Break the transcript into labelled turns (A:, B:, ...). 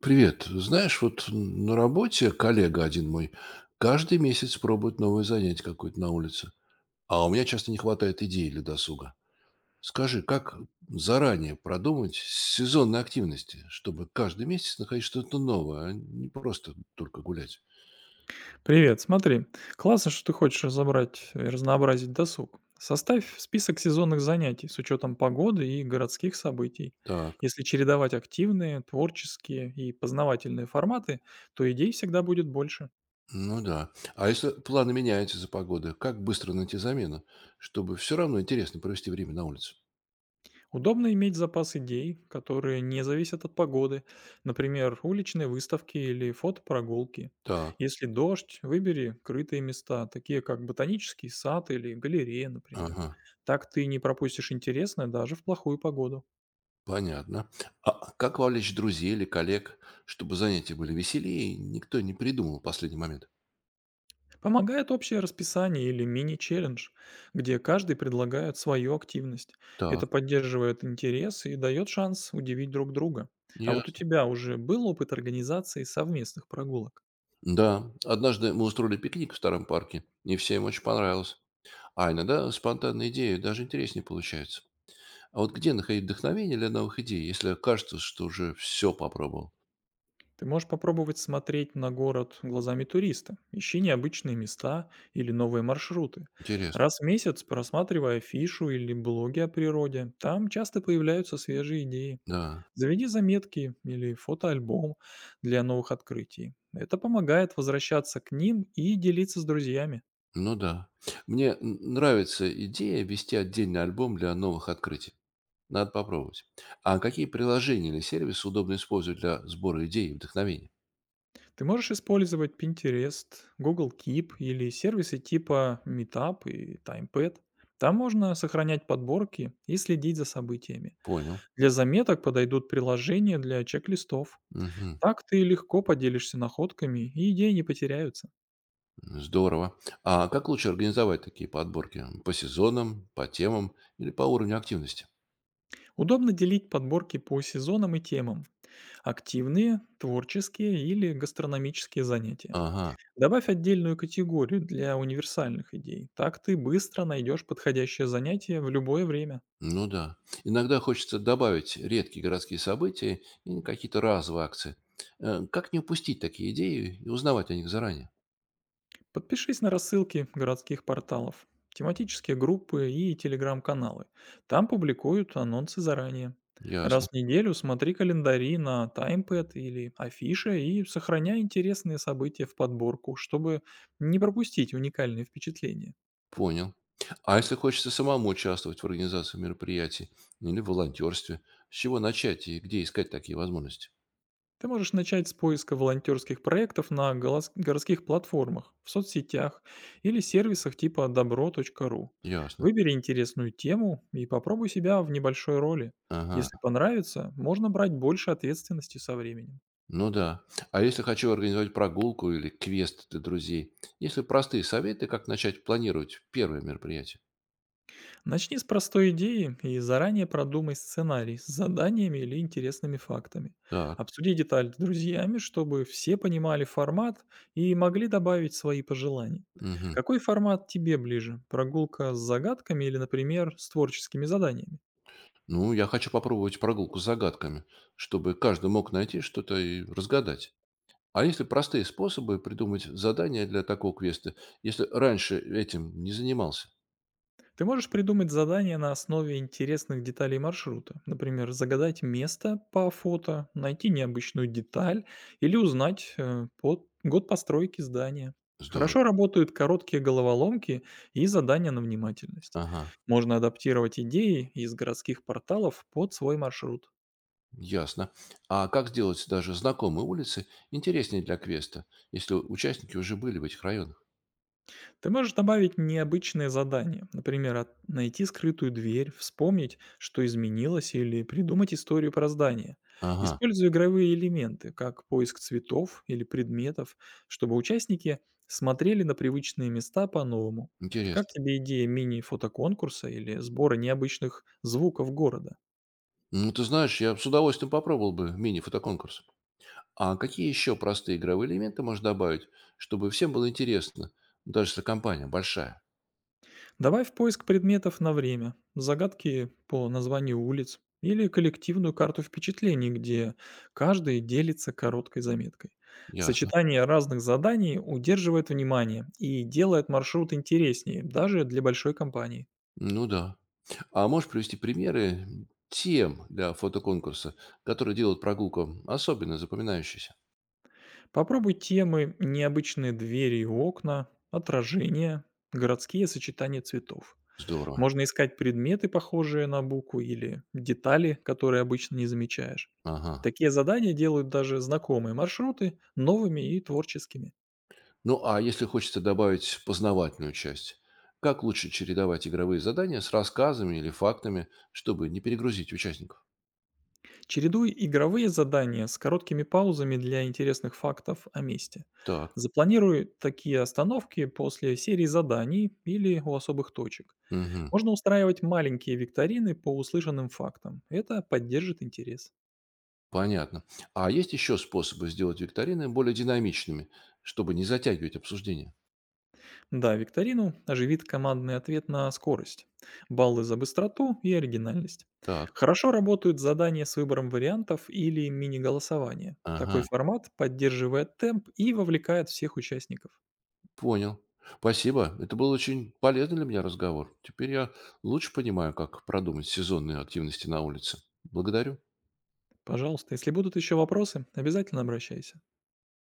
A: Привет. Знаешь, вот на работе коллега один мой каждый месяц пробует новое занятие какое-то на улице, а у меня часто не хватает идей для досуга. Скажи, как заранее продумать сезонные активности, чтобы каждый месяц находить что-то новое, а не просто только гулять?
B: Привет, смотри, классно, что ты хочешь разобрать и разнообразить досуг. Составь список сезонных занятий с учетом погоды и городских событий.
A: Так,
B: Если чередовать активные, творческие и познавательные форматы, то идей всегда будет больше.
A: ну да. А если планы меняются за погоды, как быстро найти замену, чтобы все равно интересно провести время на улице?
B: Удобно иметь запас идей, которые не зависят от погоды, например, уличные выставки или фотопрогулки.
A: Так,
B: Если дождь, выбери крытые места, такие как ботанический сад или галерея, например.
A: ага.
B: Так ты не пропустишь интересное даже в плохую погоду.
A: Понятно. А как вовлечь друзей или коллег, чтобы занятия были веселее и никто не придумал в последний момент?
B: Помогает общее расписание или мини-челлендж, где каждый предлагает свою активность. Это
A: Так,
B: поддерживает интерес и дает шанс удивить друг друга. А вот у
A: ясно.
B: тебя уже был опыт организации совместных прогулок?
A: Да, однажды мы устроили пикник в старом парке, и всем очень понравилось. А иногда спонтанные идеи даже интереснее получаются. А вот где находить вдохновение для новых идей, если кажется, что уже все попробовал?
B: Ты можешь попробовать смотреть на город глазами туриста. Ищи необычные места или новые маршруты.
A: Интересно.
B: Раз в месяц просматривай афишу или блоги о природе. Там часто появляются свежие идеи.
A: Да,
B: Заведи заметки или фотоальбом для новых открытий. Это помогает возвращаться к ним и делиться с друзьями.
A: ну да. Мне нравится идея вести отдельный альбом для новых открытий. Надо попробовать. А какие приложения или сервисы удобно использовать для сбора идей и вдохновения?
B: Ты можешь использовать Pinterest, Google Keep или сервисы типа Meetup и TimePad. Там можно сохранять подборки и следить за событиями.
A: Понял.
B: Для заметок подойдут приложения для чек-листов.
A: Мгм.
B: Так ты легко поделишься находками, и идеи не потеряются.
A: Здорово. А как лучше организовать такие подборки? По сезонам, по темам или по уровню активности?
B: Удобно делить подборки по сезонам и темам. Активные, творческие или гастрономические занятия.
A: Ага,
B: Добавь отдельную категорию для универсальных идей. Так ты быстро найдешь подходящее занятие в любое время.
A: ну да. Иногда хочется добавить редкие городские события и какие-то разовые акции. Как не упустить такие идеи и узнавать о них заранее?
B: Подпишись на рассылки городских порталов, тематические группы и телеграм-каналы. Там публикуют анонсы заранее.
A: Ясно.
B: Раз в неделю смотри календари на таймпэд или афиши и сохраняй интересные события в подборку, чтобы не пропустить уникальные впечатления.
A: Понял. А если хочется самому участвовать в организации мероприятий или в волонтерстве, с чего начать и где искать такие возможности?
B: Ты можешь начать с поиска волонтерских проектов на городских платформах, в соцсетях или сервисах типа добро.ру.
A: Ясно.
B: Выбери интересную тему и попробуй себя в небольшой роли.
A: Ага,
B: Если понравится, можно брать больше ответственности со временем.
A: ну да. А если хочу организовать прогулку или квест для друзей, есть ли простые советы, как начать планировать первое мероприятие?
B: Начни с простой идеи и заранее продумай сценарий с заданиями или интересными фактами.
A: Так,
B: Обсуди детали с друзьями, чтобы все понимали формат и могли добавить свои пожелания.
A: мгм.
B: Какой формат тебе ближе? Прогулка с загадками или, например, с творческими заданиями?
A: Ну, я хочу попробовать прогулку с загадками, чтобы каждый мог найти что-то и разгадать. А если простые способы придумать задания для такого квеста, если раньше этим не занимался?
B: Ты можешь придумать задание на основе интересных деталей маршрута. Например, загадать место по фото, найти необычную деталь или узнать год постройки здания.
A: Здорово.
B: Хорошо работают короткие головоломки и задания на внимательность.
A: Ага,
B: Можно адаптировать идеи из городских порталов под свой маршрут.
A: ясно. А как сделать даже знакомые улицы интереснее для квеста, если участники уже были в этих районах?
B: Ты можешь добавить необычные задания, например, найти скрытую дверь, вспомнить, что изменилось, или придумать историю про здание.
A: Ага,
B: Используй игровые элементы, как поиск цветов или предметов, чтобы участники смотрели на привычные места по-новому. Как
A: интересно.
B: тебе идея мини-фотоконкурса или сбора необычных звуков города?
A: Ну, ты знаешь, я с удовольствием попробовал бы мини-фотоконкурс. А какие еще простые игровые элементы можно добавить, чтобы всем было интересно, даже если компания большая?
B: Добавь поиск предметов на время, загадки по названию улиц или коллективную карту впечатлений, где каждый делится короткой заметкой.
A: Ясно.
B: Сочетание разных заданий удерживает внимание и делает маршрут интереснее, даже для большой компании.
A: Ну да. А можешь привести примеры тем для фотоконкурса, которые делают прогулку особенно запоминающейся?
B: Попробуй темы «Необычные двери и окна», отражения, «Городские сочетания цветов».
A: Здорово.
B: Можно искать предметы, похожие на букву, или детали, которые обычно не замечаешь.
A: Ага.
B: Такие задания делают даже знакомые маршруты новыми и творческими.
A: Ну, а если хочется добавить познавательную часть, как лучше чередовать игровые задания с рассказами или фактами, чтобы не перегрузить участников?
B: Чередуй игровые задания с короткими паузами для интересных фактов о месте.
A: Так,
B: Запланируй такие остановки после серии заданий или у особых точек.
A: мгм,
B: Можно устраивать маленькие викторины по услышанным фактам. Это поддержит интерес.
A: понятно. А есть еще способы сделать викторины более динамичными, чтобы не затягивать обсуждение?
B: Да, викторину оживит командный ответ на скорость, баллы за быстроту и оригинальность.
A: Так,
B: Хорошо работают задания с выбором вариантов или мини-голосование. Такой
A: ага,
B: формат поддерживает темп и вовлекает всех участников.
A: понял. Спасибо. Это был очень полезный для меня разговор. Теперь я лучше понимаю, как продумать сезонные активности на улице. Благодарю.
B: Пожалуйста, если будут еще вопросы, обязательно обращайся.